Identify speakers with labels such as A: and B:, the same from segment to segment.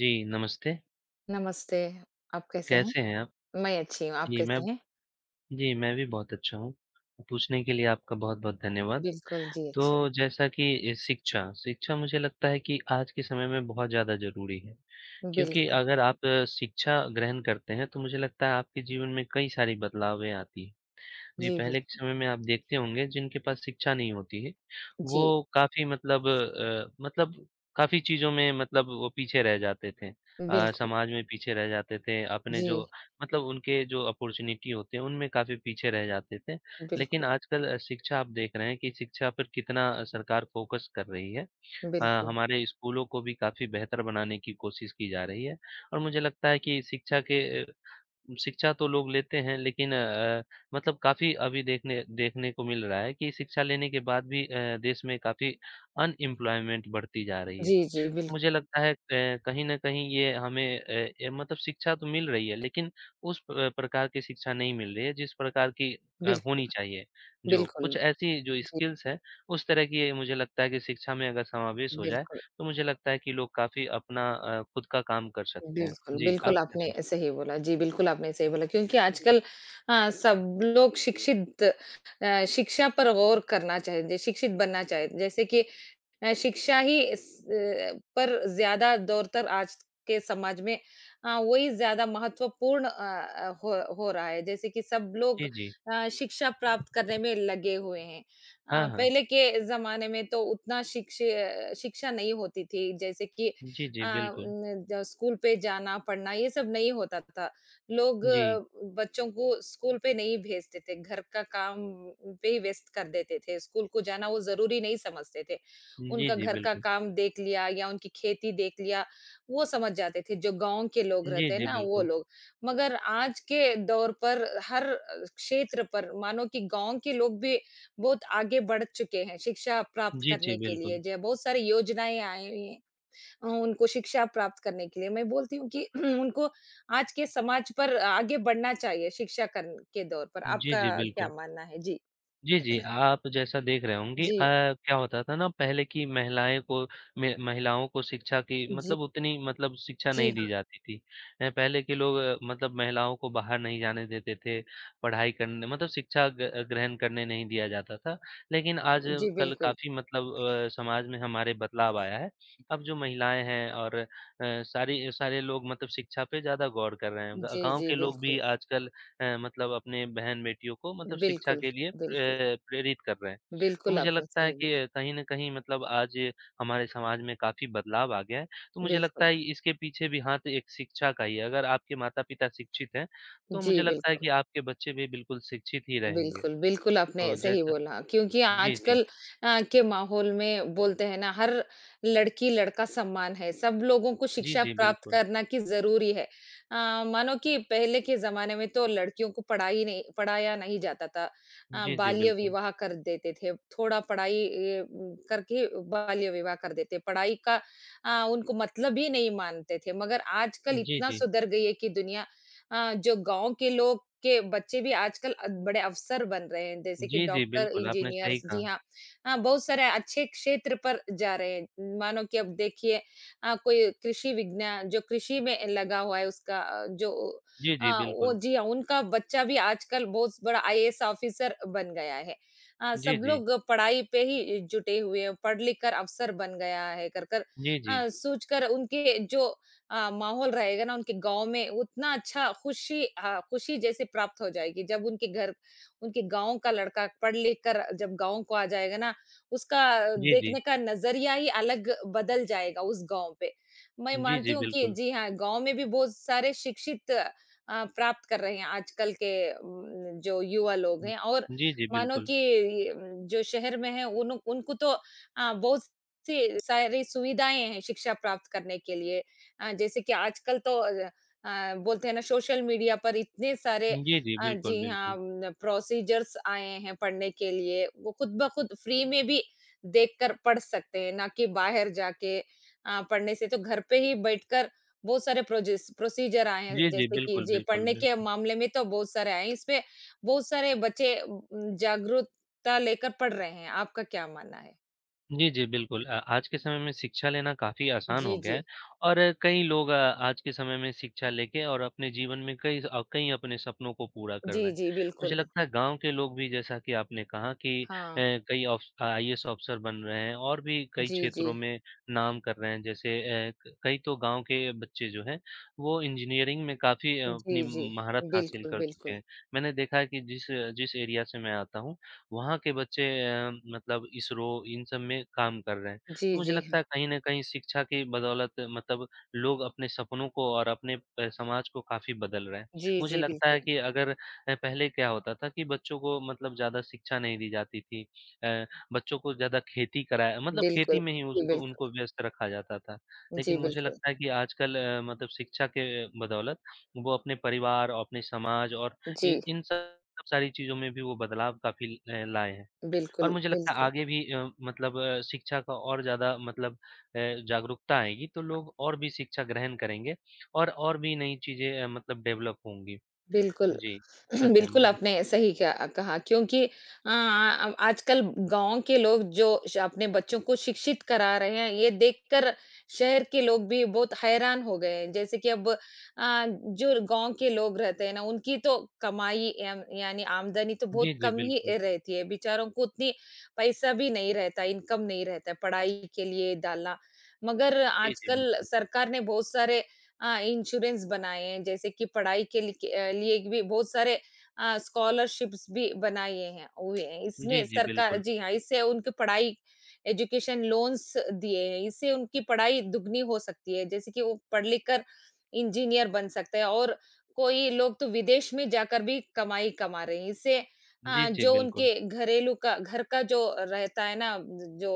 A: जी, नमस्ते।
B: नमस्ते, आप कैसे हैं?
A: कैसे हैं आप?
B: मैं अच्छी हूँ, आप
A: जी, मैं
B: कैसे हैं?
A: जी, मैं भी बहुत अच्छा हूँ। पूछने के लिए आपका बहुत-बहुत धन्यवाद।
B: बिल्कुल, जी, अच्छा।
A: तो जैसा कि शिक्षा शिक्षा मुझे लगता है कि आज के समय में बहुत ज़्यादा ज़रूरी है, क्योंकि
B: बिल्कुल,
A: अगर आप शिक्षा ग्रहण करते हैं, तो मुझे लगता है आपके जीवन में कई सारी बदलावें आती है। जी,
B: जी, बिल
A: पहले के समय में आप देखते होंगे जिनके पास शिक्षा नहीं होती है,
B: जी,
A: वो काफ़ी मतलब मतलब काफ़ी चीज़ों में मतलब वो पीछे रह जाते थे।
B: बिल्कुल,
A: समाज में पीछे रह जाते थे, अपने जो
B: जी,
A: मतलब उनके जो अपॉर्च्युनिटी होते हैं, उनमें काफ़ी पीछे रह जाते थे। लेकिन
B: बिल्कुल,
A: आजकल शिक्षा आप देख रहे हैं कि शिक्षा पर कितना सरकार फोकस कर रही है।
B: बिल्कुल।
A: हमारे स्कूलों को भी काफ़ी बेहतर बनाने की कोशिश की जा रही है और मुझे लगता है कि शिक्षा तो लोग लेते हैं लेकिन मतलब काफ़ी अभी देखने देखने को मिल रहा है कि शिक्षा लेने के बाद भी देश में काफ़ी अनएम्प्लॉयमेंट बढ़ती जा रही है।
B: जी, जी, बिल
A: मुझे लगता है कहीं न कहीं ये हमें अ, ए मतलब शिक्षा तो मिल रही है लेकिन उस प्रकार की शिक्षा नहीं मिल रही है जिस प्रकार की होनी
B: बिल्कुल,
A: चाहिए। जो
B: बिल्कुल,
A: कुछ ऐसी जो
B: जी,
A: स्किल्स हैं उस तरह की ये मुझे लगता है कि शिक्षा में अगर समावेश हो जाए
B: बिल्कुल।
A: तो मुझे लगता है कि लोग काफ़ी अपना खुद का काम कर सकते हैं।
B: बिल्कुल,
A: जी, आप
B: बिल्कुल
A: क्या
B: आपने
A: सोचते हैं?
B: सही बोला। जी, बिल्कुल आपने सही बोला क्योंकि आजकल हाँ, सब लोग शिक्षित शिक्षा पर गौर करना चाहिए, शिक्षित बनना चाहिए। जैसे कि शिक्षा ही इस पर ज़्यादा दौरतर आज के समाज में वही ज़्यादा महत्वपूर्ण हो रहा है। जैसे कि सब लोग
A: जी, जी।
B: शिक्षा प्राप्त करने में लगे हुए हैं।
A: हाँ, हाँ।
B: पहले के ज़माने में तो उतना शिक्षा नहीं होती थी। जैसे कि
A: जी, जी, बिल्कुल।
B: न ज स्कूल पे जाना, पढ़ना ये सब नहीं होता था। लोग
A: जी।
B: आ, बच्चों को स्कूल पे नहीं भेजते थे, घर का काम पे ही व्यस्त कर देते थे, स्कूल को जाना वो ज़रूरी नहीं समझते थे।
A: जी,
B: उनका
A: जी,
B: घर का
A: बिल्कुल।
B: काम देख लिया या उनकी खेती देख लिया, वो समझ जाते थे, जो गाँव के लोग
A: जी,
B: रहते हैं
A: जी,
B: ना, वो
A: बिल्कुल।
B: लोग। मगर आज के दौर पर हर क्षेत्र पर मानो कि गाँव के लोग भी बहुत आगे बढ़ चुके हैं, शिक्षा प्राप्त
A: जी, जी,
B: करने के लिए,
A: बिल्कुल।
B: जो बहुत सारी योजनाएँ आई हुई हैं। उनको शिक्षा प्राप्त करने के लिए मैं बोलती हूँ कि उनको आज के समाज पर आगे बढ़ना चाहिए शिक्षा कर के दौर पर।
A: जी,
B: आपका
A: जी,
B: क्या
A: बिल्कुल।
B: मानना है? जी,
A: जी, जी। आप जैसा देख रहे होंगे
B: जी,
A: क्या होता था ना पहले की महिलाएँ को मे महिलाओं को शिक्षा की
B: जी,
A: मतलब उतनी मतलब शिक्षा
B: जी
A: नहीं दी
B: हाँ,
A: जाती थी। पहले के लोग मतलब महिलाओं को बाहर नहीं जाने देते थे, पढ़ाई करने मतलब शिक्षा ग ग्रहण करने नहीं दिया जाता था। लेकिन
B: जी
A: आजकल
B: बिल्कुल।
A: काफ़ी मतलब समाज में हमारे बदलाव आया है। अब जो महिलाएँ हैं और अ, सारी सारे लोग मतलब शिक्षा पे ज़्यादा गौर कर रहे हैं। ग
B: जी,
A: गाँव
B: जी
A: के लोग
B: बिल्कुल,
A: भी आजकल मतलब अपने बहन-बेटियों को मतलब शिक्षा
B: बिल्कुल,
A: के लिए
B: बिल्कुल,
A: प्रेरित कर रहे हैं। तो
B: बिल्कुल
A: मुझे
B: आपने
A: लगता है
B: सही बोला।
A: कि कहीं न कहीं मतलब आज हमारे समाज में काफ़ी बदलाव आ गया है। तो मुझे लगता
B: बिल्कुल,
A: है इसके पीछे भी हाथ एक शिक्षा का ही है। अगर आपके माता-पिता शिक्षित हैं, तो
B: जी
A: मुझे लगता है
B: बिल्कुल।
A: कि आपके बच्चे भी बिल्कुल शिक्षित ही रहेंगे।
B: बिल्कुल, बिल्कुल आपने
A: तो
B: सही
A: जैसा
B: बोला क्योंकि
A: जी, जी।
B: आजकल के माहौल में बोलते हैं ना हर लड़की-लड़का समान है, सब लोगों को
A: जी,
B: शिक्षा
A: जी,
B: प्राप्त
A: बिल्कुल।
B: करना की ज़रूरी है। मानो कि पहले के ज़माने में तो लड़कियों को पढ़ाई नहीं पढ़ाया नहीं जाता था।
A: जी, जी,
B: बाल्य
A: बिल्कुल।
B: विवाह कर देते थे, थोड़ा पढ़ाई करके बाल्य विवाह कर देते, पढ़ाई का उनको मतलब ही नहीं मानते थे। मगर आजकल
A: जी,
B: इतना
A: जी।
B: सुधर गई है कि दुनिया जो गाँव के लोग के बच्चे भी आजकल बड़े अफ़सर बन रहे हैं, जैसे कि
A: जी, जी,
B: डॉक्टर,
A: बिल्कुल, आपने सही
B: इंजीनियर्स
A: कहा।
B: जी हाँ। हाँ, बहुत सारे अच्छे क्षेत्र पर जा रहे हैं। मानो कि अब देखिए कोई कृषि विज्ञान जो कृषि में लगा हुआ है उसका
A: जी, जी,
B: वो
A: बिल्कुल।
B: जी हाँ, उनका बच्चा भी आजकल बहुत बड़ा आईएएस ऑफ़िसर बन गया है।
A: जी,
B: सब
A: जी।
B: लोग पढ़ाई पे ही जुटे हुए हैं, पढ़ लिख कर अफ़सर बन गया है कर-कर
A: जी, जी।
B: सोच कर उनके जो माहौल रहेगा ना उनके गाँव में उतना अच्छा खुशी हाँ, खुशी जैसे प्राप्त हो जाएगी। जब उनके घर उनके गाँव का लड़का पढ़ लिख कर जब गाँव को आ जाएगा ना, उसका
A: जी, जी।
B: देखने का नज़रिया ही अलग बदल जाएगा उस गाँव पे। मैं
A: जी,
B: मानती
A: जी,
B: हूँ कि
A: बिल्कुल।
B: जी हाँ, गाँव में भी बहुत सारे शिक्षित प्राप्त कर रहे हैं आजकल के जो युवा लोग हैं और
A: जी, जी,
B: मानो
A: बिल्कुल।
B: कि ये जो शहर में हैं उन उनको तो बहुत सी सारी सुविधाएँ हैं शिक्षा प्राप्त करने के लिए। जैसे कि आजकल तो बोलते हैं ना सोशल मीडिया पर इतने सारे
A: जी, जी। बिल्कुल,
B: जी हाँ
A: बिल्कुल।
B: न, प्रोसीजर्स आए हैं पढ़ने के लिए वो खुद ब खुद फ्री में भी देखकर पढ़ सकते हैं ना कि बाहर जाके पढ़ने से तो घर पे ही बैठकर बहुत सारे प्रोजेस प्रोसीजर आए हैं
A: जी, जी।
B: जैसे कि
A: बिल्कुल,
B: जी
A: बिल्कुल,
B: पढ़ने के
A: बिल्कुल।
B: मामले में तो बहुत सारे आए हैं इसमें बहुत सारे बच्चे जागरूकता लेकर पढ़ रहे हैं आपका क्या मानना है?
A: जी, जी, बिल्कुल। आज के समय में शिक्षा लेना काफ़ी आसान हो
B: जी,
A: गया है
B: जी।
A: और कई लोग आज के समय में शिक्षा लेके और अपने जीवन में कई अपने सपनों को पूरा कर रहे
B: जी,
A: हैं।
B: जी,
A: मुझे
B: बिल्कुल।
A: लगता है गाँव के लोग भी जैसा कि आपने कहा कि
B: हाँ।
A: कई ऑफ आईएएस ऑफ़िसर बन रहे हैं और भी कई
B: जी, जी।
A: क्षेत्रों में नाम कर रहे हैं। जैसे अ, क कई तो गाँव के बच्चे जो हैं, वो इंजीनियरिंग में काफ़ी
B: जी,
A: अपनी
B: जी।
A: महारत हासिल
B: बिल्कुल,
A: कर चुके
B: बिल्कुल।
A: हैं। मैंने देखा है कि जिस जिस एरिया से मैं आता हूँ, वहाँ के बच्चे मतलब इसरो इन सब में काम कर रहे हैं।
B: जी,
A: तो मुझे
B: जी,
A: लगता
B: हाँ।
A: है कहीं न कहीं शिक्षा की बदौलत मतलब लोग अपने सपनों को और अपने समाज को काफ़ी बदल रहे हैं।
B: जी,
A: मुझे
B: जी,
A: लगता है
B: बिल्कुल।
A: कि अगर पहले क्या होता था कि बच्चों को मतलब ज़्यादा शिक्षा नहीं दी जाती थी। अ, बच्चों को ज़्यादा खेती कराया मतलब
B: बिल्कुल।
A: खेती में ही
B: जी,
A: उसको उनको
B: बिल्कुल।
A: व्यस्त रखा जाता था।
B: जी,
A: लेकिन मुझे
B: बिल्कुल।
A: लगता है कि आजकल मतलब शिक्षा के बदौलत वो अपने परिवार, अपने समाज और इ
B: जी,
A: इन सब सारी चीज़ों में भी वो बदलाव काफ़ी लाए हैं और
B: बिल्कुल,
A: मुझे लगता है
B: बिल्कुल,
A: आगे भी शिक्षा का और ज़्यादा मतलब अ, जागरूकता आएगी तो लोग और भी शिक्षा ग्रहण करेंगे और भी नई चीज़ें मतलब डेवलप होंगी।
B: बिल्कुल।
A: जी, आपका क्या
B: बिल्कुल,
A: मानना
B: आपने सही कहा कहा क्योंकि अब आजकल गाँव के लोग जो श अपने बच्चों को शिक्षित करा रहे हैं, ये देखकर शहर के लोग भी बहुत हैरान हो गए हैं। जैसे कि अब जो गाँव के लोग रहते हैं ना, उनकी तो कमाई या यानी आमदनी तो
A: है?
B: बहुत
A: जी, जी,
B: कम ही
A: बिल्कुल।
B: रहती है। बेचारों को उतनी पैसा भी नहीं रहता, इनकम नहीं रहता है, पढ़ाई के लिए डालना। मगर
A: जी, जी,
B: आजकल
A: बिल्कुल।
B: सरकार ने बहुत सारे इंश्योरेंस बनाए हैं, जैसे कि पढ़ाई के लिए के लिए भी बहुत सारे स्कॉलरशिप्स भी बनाए हैं हुए हैं।
A: जी,
B: इसमें
A: जी,
B: सरकार
A: बिल्कुल।
B: जी हाँ, इससे उनकी पढ़ाई एजुकेशन लोन्स दिए हैं। इससे उनकी पढ़ाई दुगनी हो सकती है। जैसे कि वो पढ़ लिख कर इंजीनियर बन सकते हैं और कोई लोग तो विदेश में जाकर भी कमाई कमा रहे हैं। इससे
A: जी, जी,
B: जो
A: बिल्कुल।
B: उनके घरेलू का घर का जो रहता है ना जो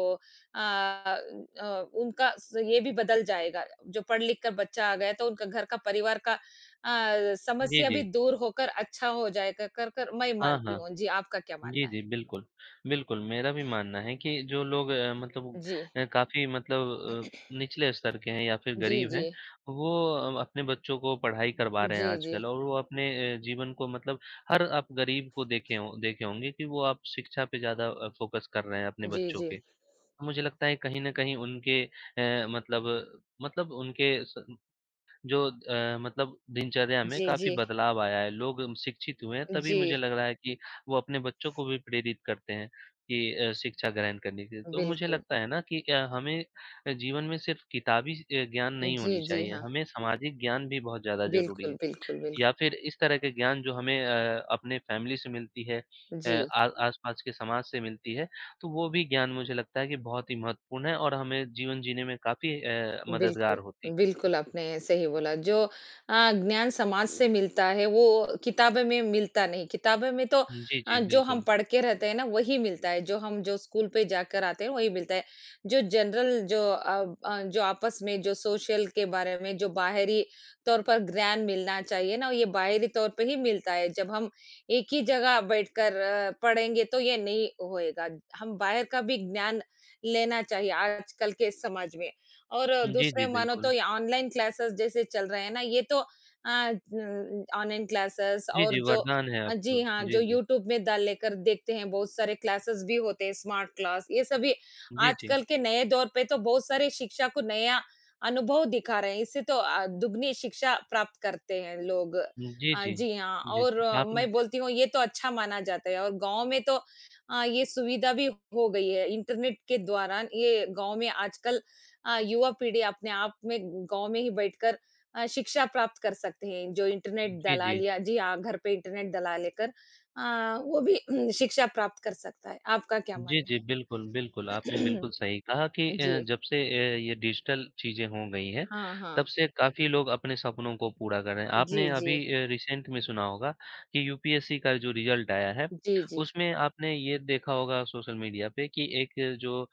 B: अ उनका स ये भी बदल जाएगा। जो पढ़ लिख कर बच्चा आ गया तो उनका घर का परिवार का
A: जी,
B: समस्या भी
A: जी।
B: दूर होकर अच्छा हो जाएगा कर कर मैं
A: हाँ,
B: मानती
A: हाँ।
B: हूँ। जी, आपका क्या
A: जी,
B: मानना है?
A: जी, बिल्कुल। बिल्कुल, मेरा भी मानना है कि जो लोग
B: जी,
A: काफ़ी मतलब निचले स्तर के हैं या फिर
B: जी,
A: गरीब हैं,
B: जी।
A: वो अपने बच्चों को पढ़ाई करवा रहे हैं
B: जी, जी।
A: आजकल और वो अपने जीवन को मतलब हर आप गरीब को देखे होंगे कि वो आप शिक्षा पे ज़्यादा फ़ोकस कर रहे हैं अपने
B: जी,
A: बच्चों
B: जी।
A: के। मुझे लगता है कहीं न कहीं उनके मतलब उनके स जो मतलब दिनचर्या में
B: जी,
A: काफ़ी
B: जी।
A: बदलाव आया है, लोग शिक्षित हुए हैं, तभी मुझे
B: जी,
A: लग रहा है कि वो अपने बच्चों को भी प्रेरित करते हैं कि शिक्षा ग्रहण करने के लिए। तो मुझे
B: बिल्कुल।
A: लगता है ना कि हमें जीवन में सिर्फ़ किताबी ज्ञान नहीं होनी
B: जी, जी,
A: चाहिए,
B: हाँ।
A: हमें सामाजिक ज्ञान भी बहुत ज़्यादा ज़रूरी है।
B: बिल्कुल, बिल्कुल,
A: या
B: बिल्कुल।
A: फिर इस तरह के ज्ञान जो हमें अपने फैमिली से मिलती है अ,
B: जी।
A: आ आस-पास के समाज से मिलती है, तो वो भी ज्ञान मुझे लगता है कि बहुत ही महत्वपूर्ण है और हमें जीवन जीने में काफ़ी
B: बिल्कुल,
A: मददगार होती है।
B: बिल्कुल आपने सही बोला जो ज्ञान समाज से मिलता है वो किताबें में मिलता नहीं। किताबें में तो
A: जी, जी,
B: जो हम
A: बिल्कुल।
B: पढ़ के रहते हैं ना वही मिलता है, जो हम जो स्कूल पे जाकर आते हैं वही मिलता है। जो जनरल जो जो आपस में जो सोशल के बारे में जो बाहरी तौर पर ज्ञान मिलना चाहिए ना ये बाहरी तौर पे ही मिलता है। जब हम एक ही जगह बैठकर पढ़ेंगे तो ये नहीं होएगा। हम बाहर का भी ज्ञान लेना चाहिए आजकल के समाज में। और
A: जी, जी,
B: दूसरे मानो तो
A: बिल्कुल।
B: ये ऑनलाइन क्लासेस जैसे चल रहे हैं ना, ये तो न ऑनलाइन क्लासेस
A: जी,
B: और
A: जी,
B: जो
A: वरदान है आपको।
B: जी हाँ,
A: जी,
B: जो
A: जी।
B: यूट्यूब में डाल लेकर देखते हैं, बहुत सारे क्लासेस भी होते हैं, स्मार्ट क्लास, ये सभी
A: जी, जी।
B: आजकल के नए दौर पे तो बहुत सारे शिक्षा को नया अनुभव दिखा रहे हैं, इससे तो दुगनी शिक्षा प्राप्त करते हैं लोग।
A: जी, जी।
B: जी हाँ,
A: जी,
B: और
A: जी। आपने
B: मैं बोलती हूँ, ये तो अच्छा माना जाता है और गाँव में तो ये सुविधा भी हो गई है, इंटरनेट के द्वारा ये गाँव में आजकल युवा पीढ़ी अपने आप में गाँव में ही बैठकर शिक्षा प्राप्त कर सकते हैं। जो इंटरनेट
A: जी,
B: दलाल
A: जी।
B: या जी हाँ, घर पे इंटरनेट दला लेकर अ, वो भी शिक्षा प्राप्त कर सकता है। आपका क्या
A: जी,
B: मानना
A: जी, बिल्कुल, बिल्कुल,
B: है?
A: आपने बिल्कुल सही कहा कि
B: जी।
A: जब से ये डिजिटल चीज़ें हो गई हैं,
B: हाँ,
A: तब
B: हाँ।
A: से काफ़ी लोग अपने सपनों को पूरा कर रहे हैं।
B: जी,
A: आपने
B: जी।
A: अभी रिसेंट में सुना होगा कि यूपीएससी का जो रिज़ल्ट आया है,
B: जी, जी।
A: उसमें आपने ये देखा होगा सोशल मीडिया पे कि एक जो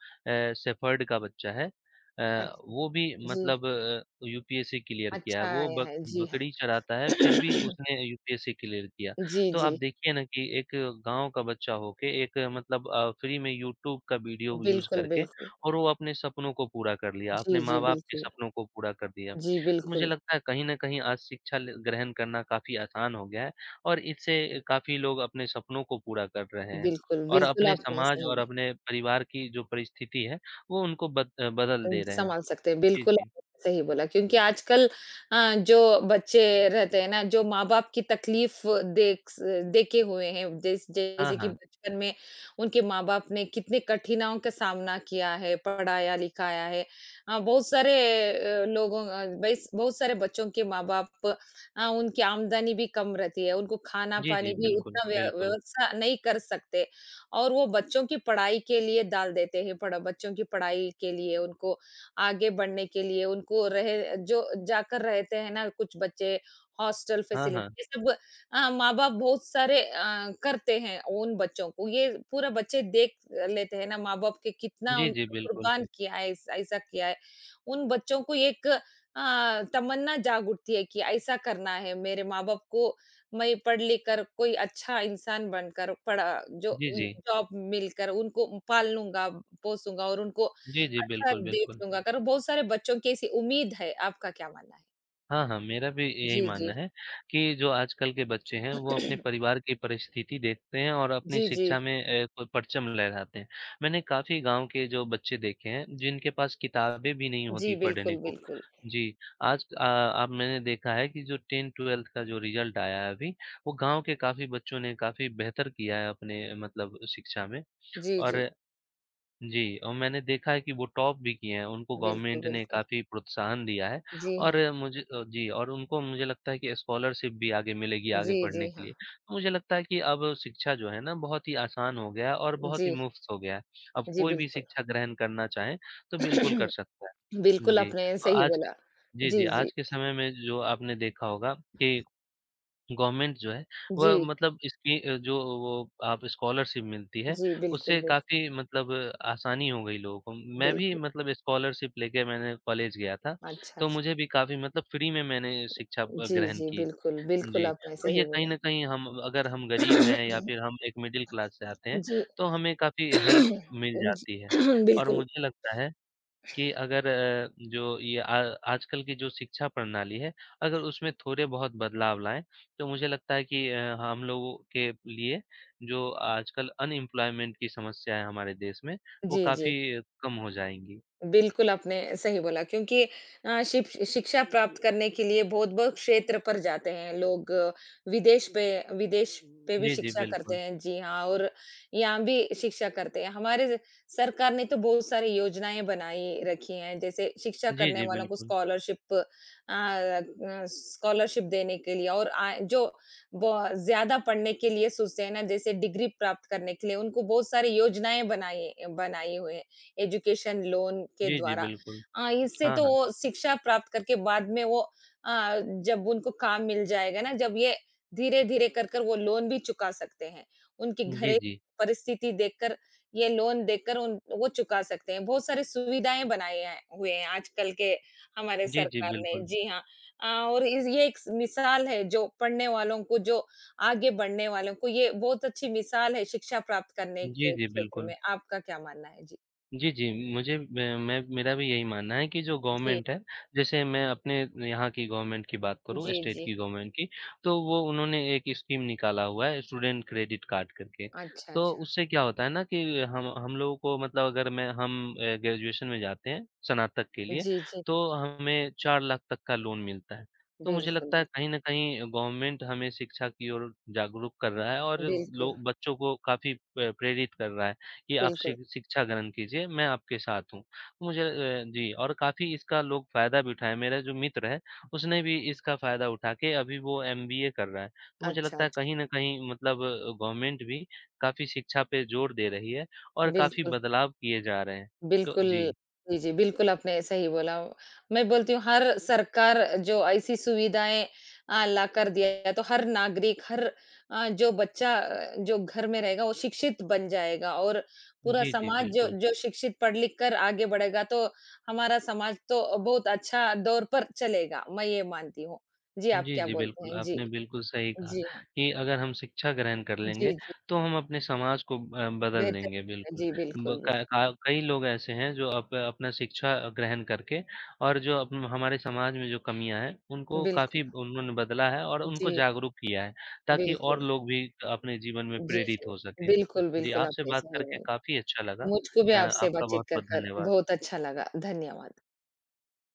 A: शेफ़र्ड का बच्चा है
B: अच्छा।
A: वो भी
B: जी,
A: मतलब यूपीएससी क्लियर किया है।
B: अच्छा
A: वो
B: आया
A: बक
B: है। जी हाँ।
A: बकरी चराता है, फिर भी उसने यूपीएससी क्लियर किया।
B: जी,
A: तो आप
B: जी।
A: देखिए ना कि एक गाँव का बच्चा होके एक मतलब फ्री में यूट्यूब का वीडियो यूज़
B: बिल्कुल,
A: करके
B: बिल्कुल।
A: और वो अपने सपनों को पूरा कर लिया, अपने
B: जी, जी,
A: माँ-बाप के
B: बिल्कुल।
A: सपनों को पूरा कर दिया।
B: जी,
A: मुझे
B: बिल्कुल।
A: लगता है कहीं न कहीं आज शिक्षा ल ग्रहण करना काफ़ी आसान हो गया है और इससे काफ़ी लोग अपने सपनों को पूरा कर रहे हैं
B: बिल्कुल,
A: और
B: बिल्कुल
A: अपने
B: आपने
A: समाज
B: सही
A: और
B: बोला।
A: अपने परिवार की जो परिस्थिति है, वो उनको बदल दे रहे हैं।
B: सँभाल सकते हैं,
A: जी,
B: बिल्कुल
A: जी।
B: आपने सही बोला क्योंकि आजकल जो बच्चे रहते हैं ना, जो माँ-बाप की तकलीफ़ देख स देखे हुए हैं,
A: हाँ,
B: जैसे कि
A: हाँ।
B: बचपन में उनके माँ-बाप ने कितनी कठिनाइयों का सामना किया है, पढ़ाया-लिखाया है। बहुत सारे लोगों बेस बहुत सारे बच्चों के माँ-बाप उनकी आमदनी भी कम रहती है, उनको
A: जी, जी,
B: खाना-पानी भी
A: बिल्कुल,
B: उतना
A: बिल्कुल।
B: व्यवस्था नहीं कर सकते और वो बच्चों की पढ़ाई के लिए डाल देते हैं, पढ़ बच्चों की पढ़ाई के लिए उनको आगे बढ़ने के लिए उनको रहे जो जाकर रहते हैं ना कुछ बच्चे हॉस्टल
A: हाँ, हाँ।
B: फैसिलिटी ये सब माँ-बाप बहुत सारे करते हैं उन बच्चों को। ये पूरा बच्चे देख लेते हैं ना माँ-बाप के कितना
A: जी, जी,
B: उनको
A: बिल्कुल।
B: कुर्बान किया है, ऐस ऐसा किया है। उन बच्चों को एक तमन्ना जाग उठती है कि ऐसा करना है मेरे माँ-बाप को मैं पढ़ लिख कर कोई अच्छा इंसान बनकर पढ़ा जो
A: जी, जी।
B: जॉब मिलकर उनको पाल लूँगा, पोसूँगा और उनको
A: जी, जी,
B: अच्छा
A: बिल्कुल,
B: देख
A: बिल्कुल।
B: लूँगा, अगर बहुत सारे बच्चों की ऐसी उम्मीद है, आपका क्या मानना है?
A: हाँ, हाँ, मेरा भी यही
B: जी,
A: मानना
B: जी।
A: है कि जो आजकल के बच्चे हैं, वो अपने परिवार की परिस्थिति देखते हैं और अपनी
B: जी, जी।
A: शिक्षा में अ, प परचम लहराते हैं। मैंने काफ़ी गाँव के जो बच्चे देखे हैं, जिनके पास किताबें भी नहीं होती
B: जी,
A: पढ़ने
B: बिल्कुल,
A: को।
B: बिल्कुल।
A: जी, आज अ, अब मैंने देखा है कि जो 10-12th का जो रिज़ल्ट आया है अभी, वो गाँव के काफ़ी बच्चों ने काफ़ी बेहतर किया है अपने मतलब शिक्षा में
B: जी,
A: और
B: जी।
A: जी, और मैंने देखा है कि वो टॉप भी किए हैं, उनको
B: बिल्कुल,
A: गवर्नमेंट ने
B: बिल्कुल।
A: काफ़ी प्रोत्साहन दिया है
B: जी
A: और
B: हाँ।
A: मुझे जी और उनको मुझे लगता है कि स्कॉलरशिप भी आगे मिलेगी आगे
B: जी,
A: पढ़ने
B: जी
A: के
B: हाँ।
A: लिए। तो मुझे लगता है कि अब शिक्षा जो है ना बहुत ही आसान हो गया है और बहुत ही
B: जी,
A: मुफ़्त हो गया है। अब
B: जी
A: कोई भी
B: बिल्कुल।
A: शिक्षा ग्रहण करना चाहे तो बिल्कुल कर सकता है।
B: बिल्कुल, आपने सही बोला।
A: जी,
B: जी,
A: जी,
B: जी।
A: आज के समय में जो आपने देखा होगा कि गवर्नमेंट जो है, वह
B: जी,
A: मतलब इसकी जो वो आप स्कॉलरशिप मिलती है,
B: जी, बिल्कुल,
A: उससे
B: बिल्कुल,
A: काफ़ी मतलब आसानी हो गई लोगों को। मैं भी
B: बिल्कुल।
A: मतलब स्कॉलरशिप लेके मैंने कॉलेज गया था,
B: अच्छा,
A: तो
B: अच्छा।
A: मुझे भी काफ़ी मतलब फ्री में मैंने शिक्षा
B: जी,
A: ग्रहण
B: जी,
A: की।
B: बिल्कुल, बिल्कुल
A: जी,
B: आपने
A: तो
B: सही
A: ये कहीं
B: बोला।
A: न कहीं हम अगर हम गरीब हैं या फिर हम एक मिडिल क्लास से आते हैं,
B: जी।
A: तो हमें काफ़ी हेल्प मिल
B: जी।
A: जाती है और
B: बिल्कुल।
A: मुझे लगता है कि अगर जो ये आ आजकल की जो शिक्षा प्रणाली है, अगर उसमें थोड़े बहुत बदलाव लाएँ, तो मुझे लगता है कि हम लोगों के लिए जो आजकल अनएम्प्लॉयमेंट की समस्या है हमारे देश में, वो
B: जी, जी।
A: काफ़ी कम हो जाएँगी।
B: बिल्कुल, आपने सही बोला क्योंकि शिक्षा प्राप्त करने के लिए बहुत-बहुत क्षेत्र पर जाते हैं लोग, विदेश पे विदेश पे भी
A: जी, जी,
B: शिक्षा करते
A: बिल्कुल।
B: हैं, जी हाँ, और यहाँ भी शिक्षा करते हैं। हमारे सरकार ने तो बहुत सारी योजनाएँ बनाई रखी हैं, जैसे शिक्षा
A: जी,
B: करने
A: जी,
B: वालों को
A: बिल्कुल।
B: स्कॉलरशिप अ, स्कॉलरशिप देने के लिए और जो ब ज़्यादा पढ़ने के लिए सोचते हैं ना, जैसे डिग्री प्राप्त करने के लिए, उनको बहुत सारी योजनाएँ बनाई बनाई हुई हैं। एजुकेशन लोन के
A: जी, जी,
B: द्वारा।
A: बिल्कुल।
B: इससे
A: हाँ,
B: तो
A: हाँ।
B: वो शिक्षा प्राप्त करके बाद में वो अ, जब उनको काम मिल जाएगा ना, जब ये धीरे-धीरे कर कर वो लोन भी चुका सकते हैं। उनकी
A: जी,
B: घरेलू
A: जी।
B: परिस्थिति देखकर, ये लोन देकर उन वो चुका सकते हैं। बहुत सारी सुविधाएँ बनाए हैं हुए हैं आजकल के हमारे
A: जी, जी,
B: सरकार ने।
A: बिल्कुल।
B: जी हाँ। अ, और इस ये एक मिसाल है जो पढ़ने वालों को, जो आगे बढ़ने वालों को, ये बहुत अच्छी मिसाल है शिक्षा प्राप्त करने
A: जी,
B: के
A: जी,
B: क्षेत्र
A: बिल्कुल।
B: में। आपका क्या मानना है? जी।
A: जी, जी। मुझे मैं मेरा भी यही मानना है कि जो
B: जी,
A: गवर्नमेंट है, जैसे मैं अपने यहाँ की गवर्नमेंट की बात करूँ,
B: जी,
A: स्टेट
B: जी।
A: की गवर्नमेंट की, तो वो उन्होंने एक स्कीम निकाला हुआ है स्टूडेंट क्रेडिट कार्ड करके।
B: अच्छा,
A: तो
B: अच्छा।
A: उससे क्या होता है ना कि हम लोगों को मतलब अगर मैं हम ग्रेजुएशन में जाते हैं, स्नातक के लिए,
B: जी, जी।
A: तो हमें 4 लाख तक का लोन मिलता है। तो मुझे
B: बिल्कुल,
A: लगता है
B: बिल्कुल,
A: कहीं न कहीं गवर्नमेंट हमें शिक्षा की ओर जागरूक कर रहा है और लो
B: बिल्कुल,
A: बच्चों को काफ़ी प प्रेरित कर रहा है कि आप शि
B: बिल्कुल।
A: शिक्षा ग्रहण कीजिए, मैं आपके साथ हूँ। मुझे जी और काफ़ी इसका लोग फ़ायदा भी उठाए। मेरा जो मित्र है, उसने भी इसका फ़ायदा उठा के अभी वो एमबीए कर रहा है। तो मुझे
B: अच्छा,
A: लगता है
B: अच्छा।
A: कहीं न कहीं मतलब गवर्नमेंट भी काफ़ी शिक्षा पे ज़ोर दे रही है और काफ़ी
B: बिल्कुल,
A: बदलाव किए जा रहे हैं। तो
B: बिल्कुल।
A: जी।
B: जी, जी, बिल्कुल आपने सही बोला। मैं बोलती हूँ हर सरकार जो ऐसी सुविधाएँ ला कर दिया है तो हर नागरिक हर जो बच्चा जो घर में रहेगा वो शिक्षित बन जाएगा और पूरा
A: जी, जी,
B: समाज जो
A: बिल्कुल।
B: जो शिक्षित पढ़-लिख कर आगे बढ़ेगा तो हमारा समाज तो बहुत अच्छा दौर पर चलेगा। मैं ये मानती हूँ। जी, आप
A: जी,
B: क्या
A: जी,
B: बोलते
A: बिल्कुल,
B: हैं? जी।
A: आपने बिल्कुल सही कहा
B: जी हाँ।
A: कि अगर हम शिक्षा ग्रहण कर लेंगे,
B: जी, जी।
A: तो हम अपने समाज को बदल देंगे
B: बेहतर
A: बिल्कुल।
B: जी,
A: ब
B: बिल्कुल, बिल
A: क का कई लोग ऐसे हैं जो अप अपना शिक्षा ग्रहण करके और जो अप हमारे समाज में जो कमियाँ हैं, उनको
B: बिल्कुल।
A: काफ़ी उन्होंने बदला है और उनको
B: जी,
A: जागरूक किया है, ताकि और
B: बिल्कुल।
A: लोग भी अपने जीवन में
B: जी,
A: प्रेरित
B: जी।
A: हो सकें।
B: बिल्कुल,
A: जी,
B: बिल्कुल,
A: आपसे
B: आपने
A: बात
B: सही
A: करके
B: बोला।
A: काफ़ी अच्छा लगा।
B: मुझको भी आपसे
A: आपका
B: बातचीत कर,
A: बहुत-बहुत
B: कर
A: धन्यवाद।
B: बहुत अच्छा लगा। धन्यवाद।